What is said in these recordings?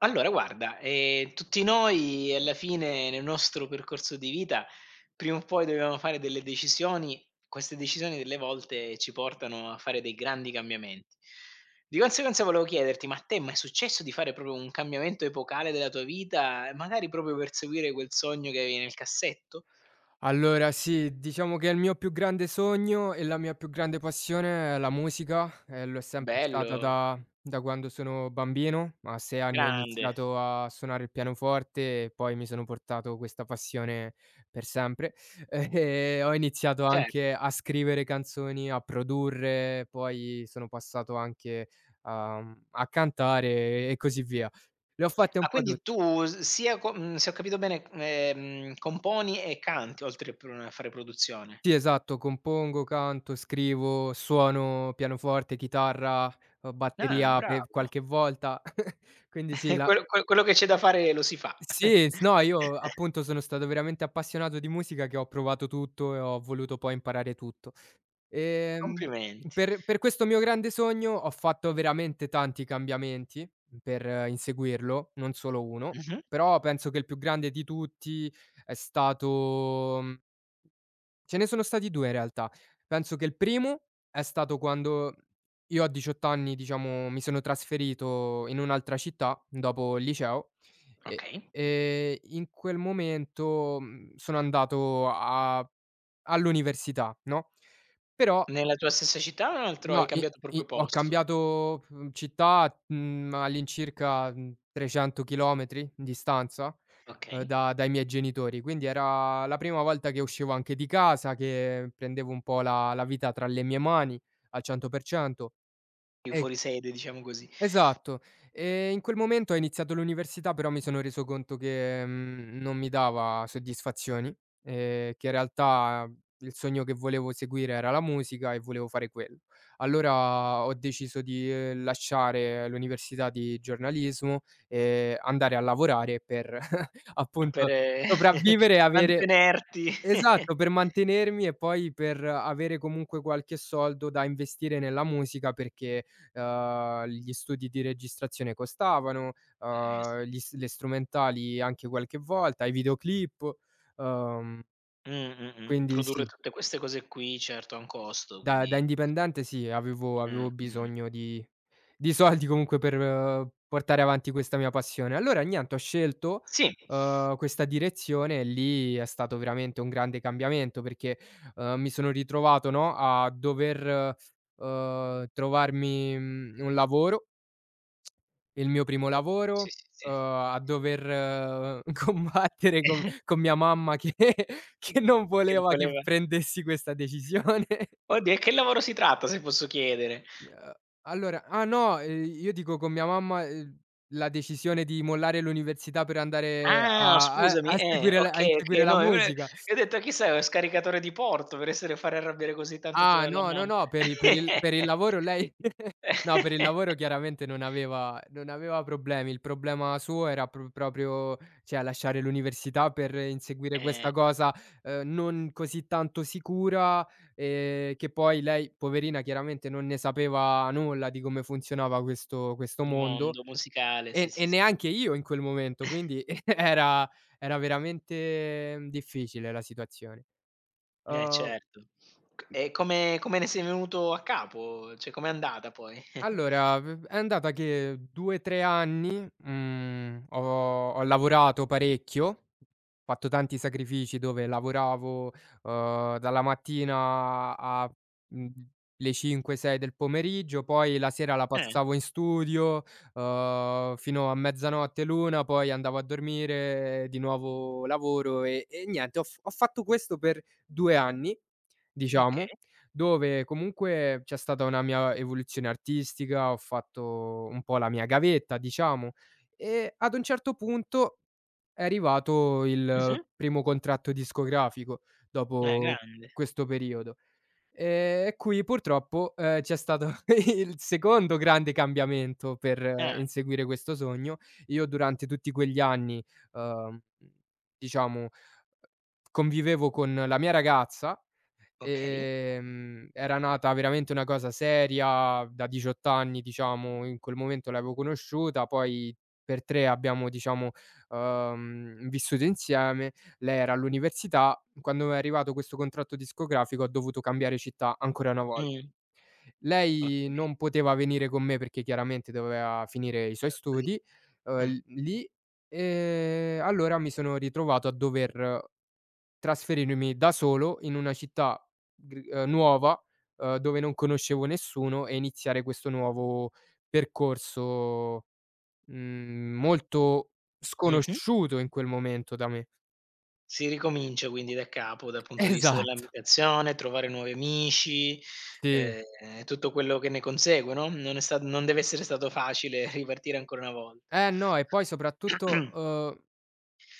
Allora guarda, tutti noi alla fine nel nostro percorso di vita prima o poi dobbiamo fare delle decisioni, queste decisioni delle volte ci portano a fare dei grandi cambiamenti. Di conseguenza volevo chiederti: ma a te è mai è successo di fare proprio un cambiamento epocale della tua vita, magari proprio per seguire quel sogno che avevi nel cassetto? Allora sì, diciamo che il mio più grande sogno e la mia più grande passione è la musica, e lo è sempre stata Bello, da quando sono bambino. A 6 anni ho grande. iniziato a suonare il pianoforte e poi mi sono portato questa passione per sempre. E ho iniziato Cer anche a scrivere canzoni, a produrre, poi sono passato anche a cantare e così via. Le ho fatte un Ah, po' quindi tut tu s sia co mhmm, se ho capito bene, componi e canti oltre a pro a fare produzione. sì, esatto, compongo, canto, scrivo, suono pianoforte, chitarra, Ah, batteria per bravo. qualche volta. Quindi sì, la Quello che c'è da fare lo si fa. sì, s no, io appunto sono stato veramente appassionato di musica che ho provato tutto e ho voluto poi imparare tutto. Ehm, Complimenti. per questo mio grande sogno ho fatto veramente tanti cambiamenti per inseguirlo, non solo uno, Mh-mh. però penso che il più grande di tutti è stato mhmm, Ce ne sono stati 2 in realtà. Penso che il primo è stato quando io a 18 anni, diciamo, mi sono trasferito in un'altra città dopo il liceo e Okay. e in quel momento, sono andato a all'università, no, però Nella tua stessa città o in un altro hai no, i cambiato proprio i ho posto? cambiato, città, all'incirca, 300 chilometri di distanza, Okay. da dai miei genitori, quindi era la prima volta che uscivo anche di casa, che prendevo un po' la vita tra le mie mani al 100%. Più E fuori sede, diciamo così, Esatto. In quel momento ho iniziato l'università, però mi sono reso conto che, non mi dava soddisfazioni, che in realtà il sogno che volevo seguire era la musica e volevo fare quello. Allora ho deciso di, lasciare l'università di giornalismo e andare a lavorare per per appunto sopravvivere e avere mantenerti. esatto, per mantenermi e poi per avere comunque qualche soldo da investire nella musica perché, gli studi di registrazione costavano, sì. Gli s le strumentali anche qualche volta, i videoclip, uhm, Mh, mh, quindi Produrre sì. tutte queste cose qui, certo, ha un costo, Da quindi indipendente sì, avevo avevo mh. bisogno di soldi comunque per portare avanti questa mia passione. Allora niente, ho scelto, Sì. Questa direzione e lì è stato veramente un grande cambiamento perché, mi sono ritrovato, no, a dover, trovarmi, un lavoro, il mio primo Sì, sì, lavoro, sì, sì. A dover combattere con con mia mamma che che non Che voleva che voleva prendessi questa decisione. Oddio, e che lavoro si tratta, se posso chiedere? Uhm, allora ah no, io dico con mia mamma, la decisione di mollare l'università per andare Ah, a a scusami, a seguire la a okay, okay, inseguire la no, io musica. ho detto: "Chissà, è un scaricatore di porto per essere fare arrabbiare così tanto Ah tua la no, no, mamma." no, per il lavoro lei no, per il lavoro chiaramente non aveva problemi. Il problema suo era proprio cioè lasciare l'università per inseguire Eh, questa cosa, non così tanto sicura, che poi lei poverina chiaramente non ne sapeva nulla di come funzionava questo il mondo. mondo musicale, sì, E sì, sì. neanche io in quel momento, quindi era veramente difficile la situazione. Uhm Certo. C E come ne sei venuto a capo? Cioè, com'è andata poi? Allora, v è andata che 2, 3 anni, ho lavorato parecchio, ho fatto tanti sacrifici dove lavoravo, dalla mattina a, mhmm, le 5, 6 del pomeriggio, poi la sera la Ah, passavo in studio, fino a mezzanotte, l'1, poi andavo a dormire, di nuovo lavoro e niente, ho fatto questo per 2 anni, okay. diciamo, dove comunque c'è stata una mia evoluzione artistica, ho fatto un po' la mia gavetta, diciamo, e ad un certo punto è arrivato Mh-mh. il primo contratto discografico Ah, dopo grande. questo periodo. E qui purtroppo, c'è stato il secondo grande cambiamento per Ah, inseguire questo sogno. Io durante tutti quegli anni, uhm, diciamo, convivevo con la mia ragazza. okay. Era nata veramente una cosa seria da 18 anni, diciamo, in quel momento l'avevo conosciuta, poi per 3 abbiamo, diciamo, vissuto insieme. Lei era all'università, quando è arrivato questo contratto discografico ho dovuto cambiare città ancora una volta. Mh, Lei okay. non poteva venire con me perché chiaramente doveva finire i suoi Mh. studi, Mh. l lì, allora mi sono ritrovato a dover trasferirmi da solo in una città gr nuova, dove non conoscevo nessuno e iniziare questo nuovo percorso, molto Mh-mh. sconosciuto in quel momento da me. Si ricomincia quindi da capo, dal punto di vista Esatto, sì. dell'ambientazione, trovare nuovi amici, Sì. ehm, e tutto quello che ne consegue, no, non deve essere stato facile ripartire ancora una volta. Eh no, e poi soprattutto,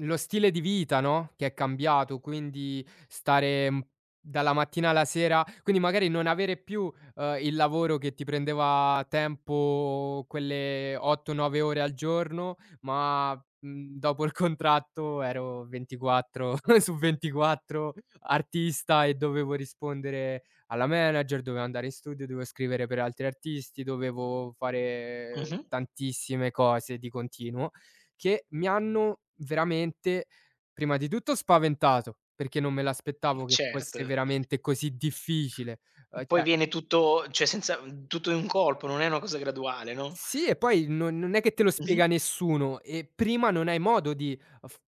lo stile di vita, no, che è cambiato, quindi stare, dalla mattina alla sera, quindi magari non avere più, il lavoro che ti prendeva tempo quelle 8, 9 ore al giorno, ma, dopo il contratto ero 24 su 24 artista e dovevo rispondere alla manager, dovevo andare in studio, dovevo scrivere per altri artisti, dovevo fare Mh-mh, tantissime cose di continuo che mi hanno veramente, prima di tutto, spaventato, perché non me l'aspettavo che fosse certo. veramente così difficile. Poi Cioè viene tutto, cioè senza tutto in un colpo, non è una cosa graduale, no. sì, e poi non è che te lo Mh-mh. spiega nessuno e prima non hai modo di f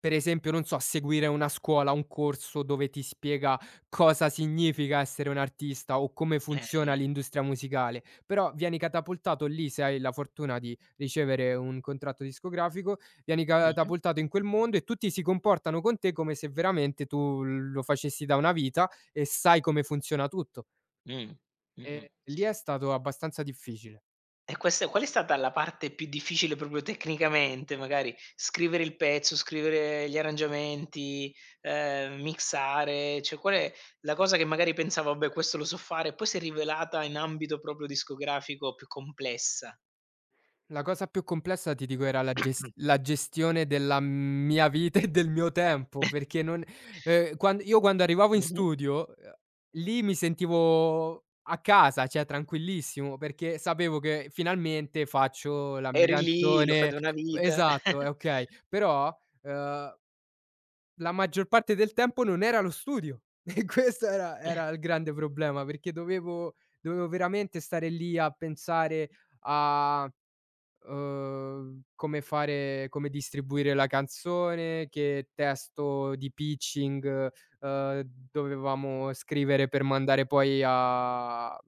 per esempio, non so, seguire una scuola, un corso dove ti spiega cosa significa essere un artista o come Eh, eh. funziona l'industria musicale, però vieni catapultato lì, se hai la fortuna di ricevere un contratto discografico, vieni Mh-mh. catapultato in quel mondo e tutti si comportano con te come se veramente tu lo facessi da una vita e sai come funziona tutto. Mh. Mh-mh. E lì è stato abbastanza difficile. E questa qual è stata la parte più difficile proprio tecnicamente, magari scrivere il pezzo, scrivere gli arrangiamenti, mixare, cioè qual è la cosa che magari pensavo: "Vabbè questo lo so fare", poi si è rivelata in ambito proprio discografico più complessa? La cosa più complessa ti dico era la gestione della mia vita e del mio tempo, perché non quan io quando arrivavo in Mh-mh. studio, lì mi sentivo a casa, cioè tranquillissimo, perché sapevo che finalmente faccio la mia Eri lì, lo fai canzone, da una vita. esatto, è okay. Però, ehm, la maggior parte del tempo non era lo studio e questo era il grande problema, perché dovevo veramente stare lì a pensare a come distribuire la canzone, che testo di pitching, uhm, dovevamo scrivere per mandare poi a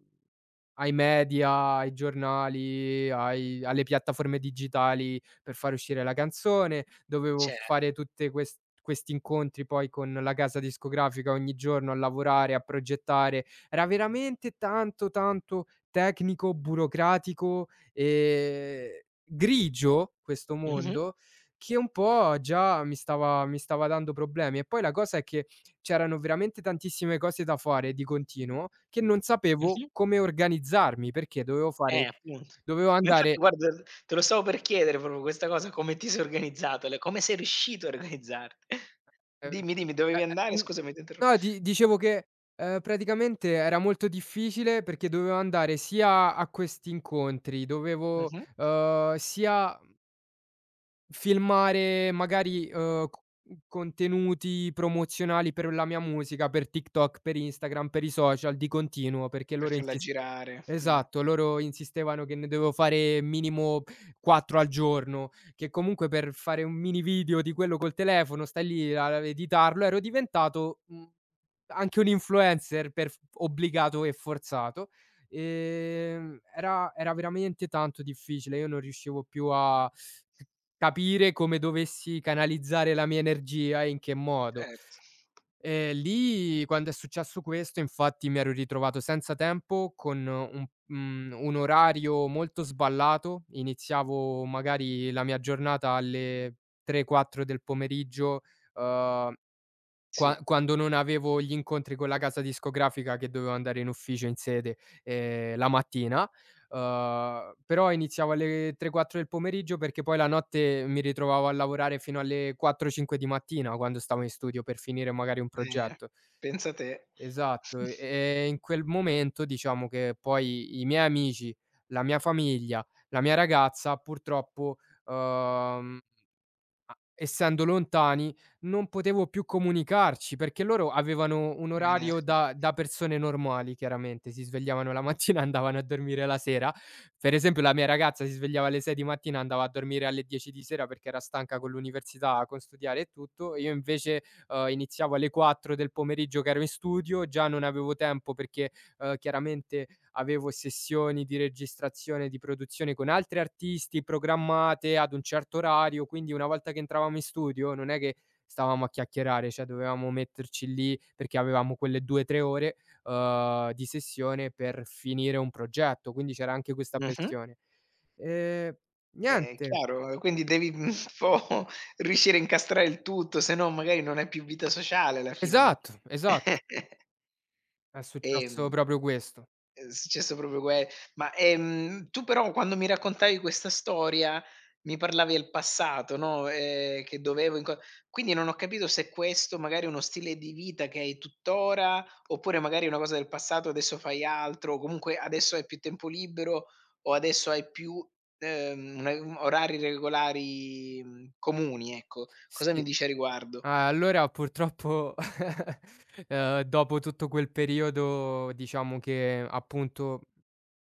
ai media, ai giornali, ai alle piattaforme digitali per far uscire la canzone. Dovevo Cer fare tutte questi incontri poi con la casa discografica ogni giorno a lavorare, a progettare. Era veramente tanto, tanto tecnico, burocratico e grigio questo Mh-mh, mondo, che un po' già mi stava dando problemi. E poi la cosa è che c'erano veramente tantissime cose da fare di continuo, che non sapevo mh-mh. come organizzarmi, perché dovevo fare Appunto. dovevo Ma andare infatti guarda, te lo stavo per chiedere proprio questa cosa, come ti sei organizzato, le come sei riuscito a organizzarti. ehm, Dimmi, dimmi, dovevi andare? eh, eh, mh, Scusami, ti ho interro no, di dicevo che, praticamente era molto difficile perché dovevo andare sia a questi incontri, dovevo, mh-mh. Sia filmare magari, co contenuti promozionali per la mia musica, per TikTok, per Instagram, per i social di continuo, perché Per loro farla insis girare, esatto, loro insistevano che ne dovevo fare minimo 4 al giorno, che comunque per fare un mini video di quello col telefono, stai lì a editarlo, ero diventato, anche un influencer per f obbligato e forzato. Era veramente tanto difficile, io non riuscivo più a c Capire come dovessi canalizzare la mia energia e in che modo. certo, Lì quando è successo questo, infatti, mi ero ritrovato senza tempo, con un orario molto sballato. Iniziavo magari la mia giornata alle 3, 4 del pomeriggio, uhm sì, quando non avevo gli incontri con la casa discografica che dovevo andare in ufficio in sede, la mattina, però iniziavo alle 3, 4 del pomeriggio perché poi la notte mi ritrovavo a lavorare fino alle 4, 5 di mattina quando stavo in studio per finire magari un eh, progetto. pensa te. Esatto, e in quel momento diciamo che poi i miei amici, la mia famiglia, la mia ragazza purtroppo, uhm essendo lontani, non potevo più comunicarci, perché loro avevano un orario Sì. da persone normali chiaramente, si svegliavano la mattina e andavano a dormire la sera. Per esempio la mia ragazza si svegliava alle 6 di mattina, e andava a dormire alle 10 di sera perché era stanca con l'università, con studiare e tutto. Io invece, iniziavo alle 4 del pomeriggio che ero in studio, già non avevo tempo perché, chiaramente, avevo sessioni di registrazione, e di produzione con altri artisti programmate ad un certo orario, quindi una volta che entravamo in studio non è che stavamo a chiacchierare, cioè dovevamo metterci lì perché avevamo quelle 2, 3 ore, di sessione per finire un progetto, quindi c'era anche questa Mh-mh. pressione. Ehm, È niente, chiaro, quindi devi un po' riuscire a incastrare il tutto, se no magari non hai più vita sociale alla fine, no? esatto, esatto, è successo Ehm, proprio questo. è successo proprio que Ma, tu però quando mi raccontavi questa storia, mi parlavi del passato, no, che dovevo inco quindi non ho capito se questo magari è uno stile di vita che hai tuttora, oppure magari è una cosa del passato, adesso fai altro, o comunque adesso hai più tempo libero, o adesso hai più, una orari regolari, comuni, ecco. Cosa mi Sì. dici a riguardo? Ah, allora purtroppo, dopo tutto quel periodo, diciamo che appunto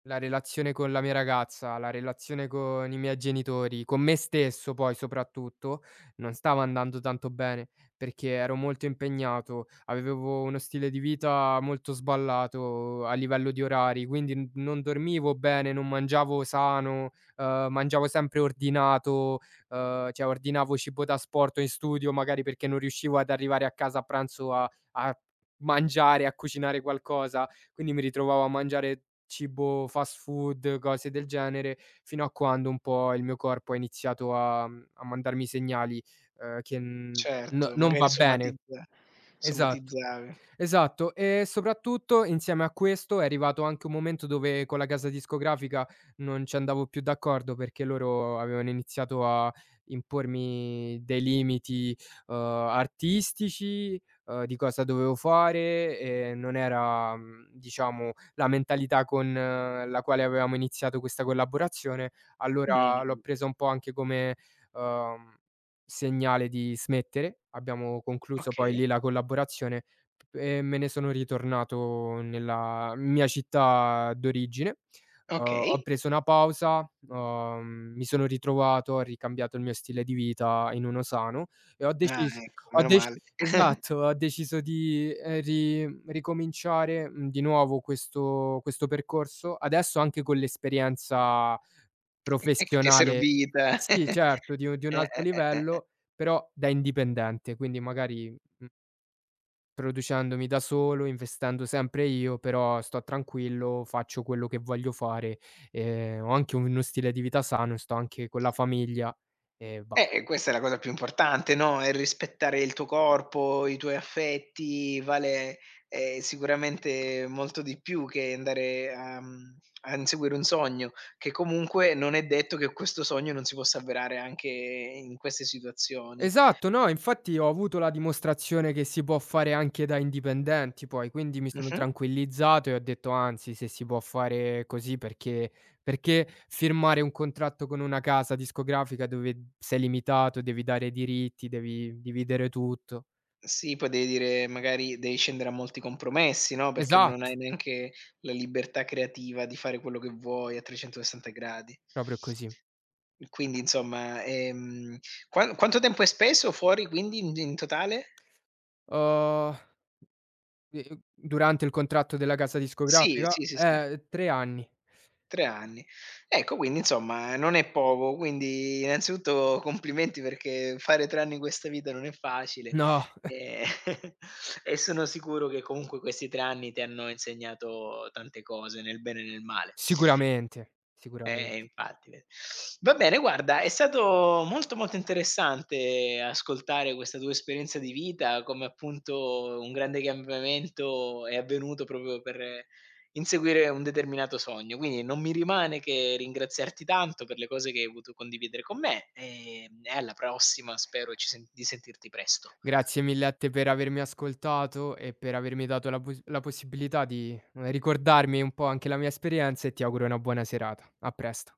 la relazione con la mia ragazza, la relazione con i miei genitori, con me stesso poi soprattutto, non stava andando tanto bene, perché ero molto impegnato, avevo uno stile di vita molto sballato a livello di orari, quindi n non dormivo bene, non mangiavo sano, mangiavo sempre ordinato. Cioè, ordinavo cibo da asporto in studio, magari perché non riuscivo ad arrivare a casa a pranzo a mangiare, a cucinare qualcosa, quindi mi ritrovavo a mangiare cibo fast food, cose del genere, fino a quando un po' il mio corpo ha iniziato a mandarmi segnali, che n no Certo, non magari va bene. Esatto. somatizzavi. Esatto, e soprattutto insieme a questo è arrivato anche un momento dove con la casa discografica non ci andavo più d'accordo, perché loro avevano iniziato a impormi dei limiti, artistici, di cosa dovevo fare e non era, diciamo, la mentalità con la quale avevamo iniziato questa collaborazione. Allora l'ho Mh. presa un po' anche come, uhm, segnale di smettere. Abbiamo concluso poi Okay, lì la collaborazione e me ne sono ritornato nella mia città d'origine. Uhm, Ho okay. preso una pausa, mi sono ritrovato, ho ricambiato il mio stile di vita in uno sano e ho Ah, decis ecco, ho meno dec male. esatto, ho deciso di, ri ricominciare, di nuovo questo percorso, adesso anche con l'esperienza E che ti è professionale, servita. sì certo, di un alto eh. livello, però da indipendente, quindi magari, mhmm producendomi da solo, investendo sempre io, però sto tranquillo, faccio quello che voglio fare, ho anche uno stile di vita sano, sto anche con la famiglia e Eh, basta. questa è la cosa più importante, no, è rispettare il tuo corpo, i tuoi affetti, vale, sicuramente molto di più che andare a a inseguire un sogno, che comunque non è detto che questo sogno non si possa avverare anche in queste situazioni. Esatto, no, infatti ho avuto la dimostrazione che si può fare anche da indipendenti poi, quindi mi sono Mh-mh. tranquillizzato e ho detto: "Anzi, se si può fare così perché firmare un contratto con una casa discografica dove sei limitato, devi dare diritti, devi dividere tutto." Sì, poi devi dire magari devi scendere a molti compromessi, no, perché non Esatto, hai neanche la libertà creativa di fare quello che vuoi a 360 gradi. proprio così. Quindi insomma, quanto tempo hai speso fuori quindi in totale? Uhm, Durante il contratto della casa Sì, discografica? sì, sì, sì. 3 anni. 3 anni. Ecco, quindi insomma non è poco, quindi innanzitutto complimenti perché fare 3 anni in questa vita non è facile, No, ehm, e sono sicuro che comunque questi 3 anni ti hanno insegnato tante cose, nel bene e nel male. sicuramente, sicuramente. Infatti ve Va bene guarda, è stato molto, molto interessante ascoltare questa tua esperienza di vita, come appunto un grande cambiamento è avvenuto proprio per inseguire un determinato sogno. Quindi non mi rimane che ringraziarti tanto per le cose che hai voluto condividere con me, e alla prossima spero ci sen di sentirti presto. Grazie mille a te per avermi ascoltato e per avermi dato la possibilità di, ricordarmi un po' anche la mia esperienza e ti auguro una buona serata. A presto.